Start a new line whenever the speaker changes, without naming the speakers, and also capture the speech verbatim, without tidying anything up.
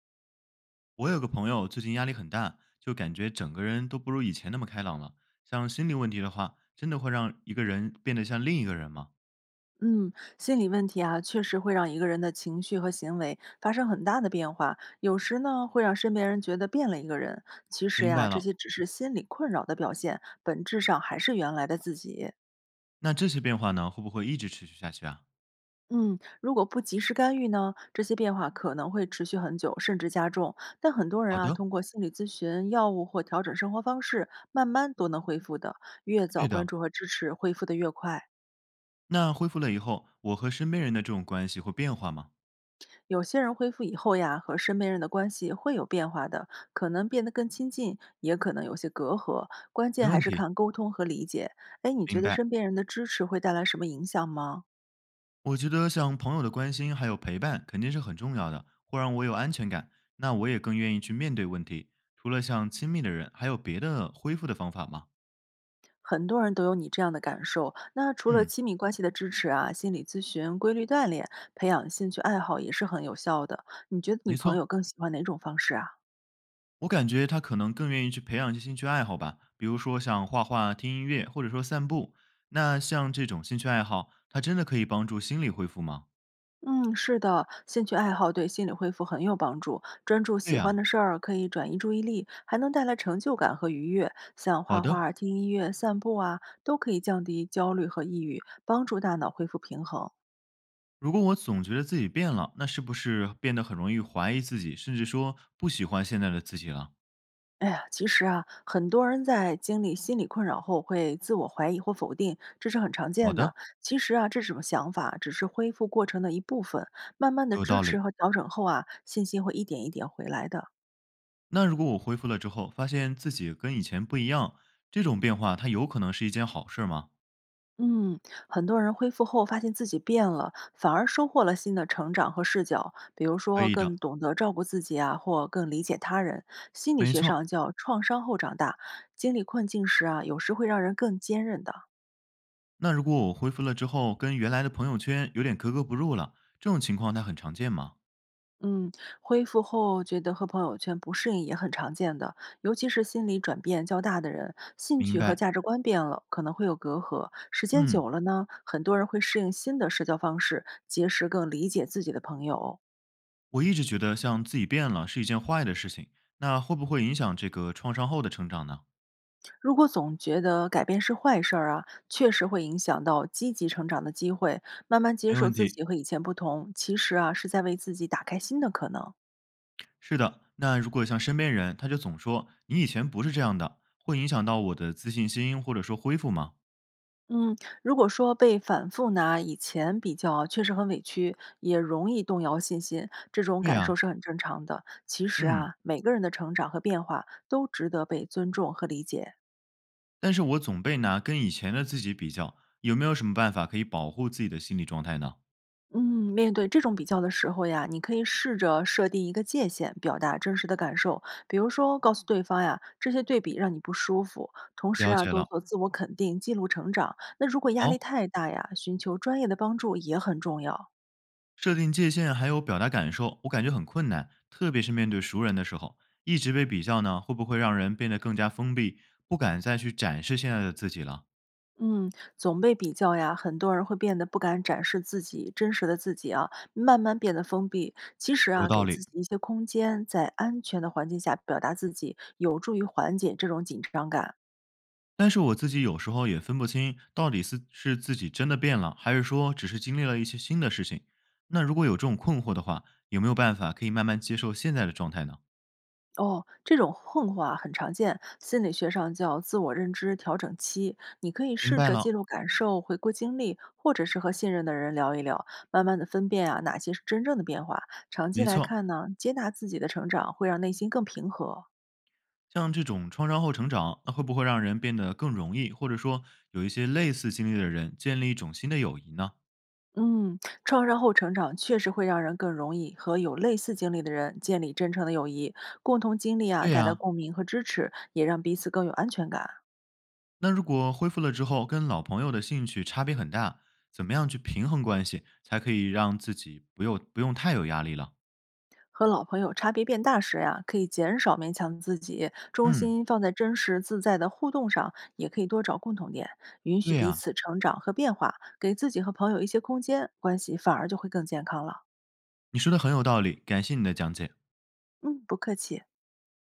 我有个朋友最近压力很大，就感觉整个人都不如以前那么开朗了。像心理问题的话，真的会让一个人变得像另一个人吗？
嗯，心理问题啊，确实会让一个人的情绪和行为发生很大的变化。有时呢，会让身边人觉得变了一个人。其实
明
呀，
白
这
了。
些只是心理困扰的表现，本质上还是原来的自己。
那这些变化呢，会不会一直持续下去啊？
嗯，如果不及时干预呢，这些变化可能会持续很久，甚至加重。但很多人
好
啊，
的，
通过心理咨询、药物或调整生活方式，慢慢都能恢复的。越早
对
关
的。
注和支持，恢复的越快。
那恢复了以后，我和身边人的这种关系会变化吗？
有些人恢复以后呀，和身边人的关系会有变化的，可能变得更亲近，也可能有些隔阂。关
没
键还
问
是
题，
看沟通和理解。哎，你觉
明
得
白。
身边人的支持会带来什么影响吗？
我觉得像朋友的关心还有陪伴肯定是很重要的，会让我有安全感。那我也更愿意去面对问题。除了像亲密的人，还有别的恢复的方法吗？
很多人都有你这样的感受。那除了
嗯，
亲密关系的支持啊，心理咨询、规律锻炼、培养兴趣爱好也是很有效的。你觉得你
没
朋友
错。
更喜欢哪种方式啊？
我感觉他可能更愿意去培养一些兴趣爱好吧，比如说像画画、听音乐，或者说散步。那像这种兴趣爱好，它真的可以帮助心理恢复吗？
嗯，是的，兴趣爱好对心理恢复很有帮助。专注
对
喜欢
呀、
的事儿可以转移注意力，还能带来成就感和愉悦。像
好
画
的。
画、听音乐、散步啊，都可以降低焦虑和抑郁，帮助大脑恢复平衡。
如果我总觉得自己变了，那是不是变得很容易怀疑自己，甚至说不喜欢现在的自己了？
哎呀，其实啊，很多人在经历心理困扰后会自我怀疑或否定，这是很常
好
见
的，
的。其实啊，这种想法只是恢复过程的一部分，慢慢的
有
支
道
持
理。
和调整后啊，信心会一点一点回来的。
那如果我恢复了之后，发现自己跟以前不一样，这种变化它有可能是一件好事吗？
嗯，很多人恢复后发现自己变了，反而收获了新的成长和视角，比如
可
说
以
更
的，
懂得照顾自己啊，或更理解他人。心理
没
学
错。
上叫创伤后长大，经历困境时啊，有时会让人更坚韧的。
那如果我恢复了之后，跟原来的朋友圈有点格格不入了，这种情况它很常见吗？
嗯，恢复后觉得和朋友圈不适应也很常见的，尤其是心理转变较大的人，兴
明
趣和
白。
价值观变了，可能会有隔阂。时间
嗯，
久了呢，很多人会适应新的社交方式，结识更理解自己的朋友。
我一直觉得像自己变了是一件坏的事情，那会不会影响这个创伤后的成长呢？
如果总觉得改变是坏事儿啊，确实会影响到积极成长的机会。慢慢接
没
受
问
自己
题。
和以前不同，其实啊是在为自己打开新的可能。
是的，那如果像身边人，他就总说你以前不是这样的，会影响到我的自信心或者说恢复吗？
嗯，如果说被反复拿以前比较，确实很委屈，也容易动摇信心，这种
对
感
呀、
受是很正常的。其实
嗯，
啊，每个人的成长和变化都值得被尊重和理解。
但是我总被拿跟以前的自己比较，有没有什么办法可以保护自己的心理状态呢？
嗯，面对这种比较的时候呀，你可以试着设定一个界限，表达真实的感受。比如说，告诉对方呀，这些对比让你不舒服。同时
了
啊，
解
多
了，
做自我肯定，记录成长。那如果压力
好、
太大呀，寻求专业的帮助也很重要。
设定界限还有表达感受，我感觉很困难，特别是面对熟人的时候，一直被比较呢，会不会让人变得更加封闭，不敢再去展示现在的自己了？
嗯，总被比较呀，很多人会变得不敢展示自己真实的自己啊，慢慢变得封闭。其实
有
啊，
道
给自
理，
己一些空间，在安全的环境下表达自己，有助于缓解这种紧张感。
但是我自己有时候也分不清，到底是是自己真的变了，还是说只是经历了一些新的事情。那如果有这种困惑的话，有没有办法可以慢慢接受现在的状态呢？
哦，这种混化很常见，心理学上叫自我认知调整期。你可以
明
试
白
着
了，
记录感受、回顾经历，或者是和信任的人聊一聊，慢慢的分辨啊哪些是真正的变化。长期
没
来
错，
看呢，接纳自己的成长会让内心更平和。
像这种创伤后成长，那会不会让人变得更容易，或者说有一些类似经历的人建立一种新的友谊呢？
嗯，创伤后成长确实会让人更容易和有类似经历的人建立真诚的友谊，共同经历啊
对
带来
呀，
共鸣和支持，也让彼此更有安全感。
那如果恢复了之后，跟老朋友的兴趣差别很大，怎么样去平衡关系，才可以让自己不用不用太有压力了？
和老朋友差别变大时呀，可以减少勉强自己，重
嗯，
心放在真实自在的互动上，也可以多找共同点，允许
对
彼
呀，
此成长和变化，给自己和朋友一些空间，关系反而就会更健康了。
你说的很有道理，感谢你的讲解。
嗯，不客气。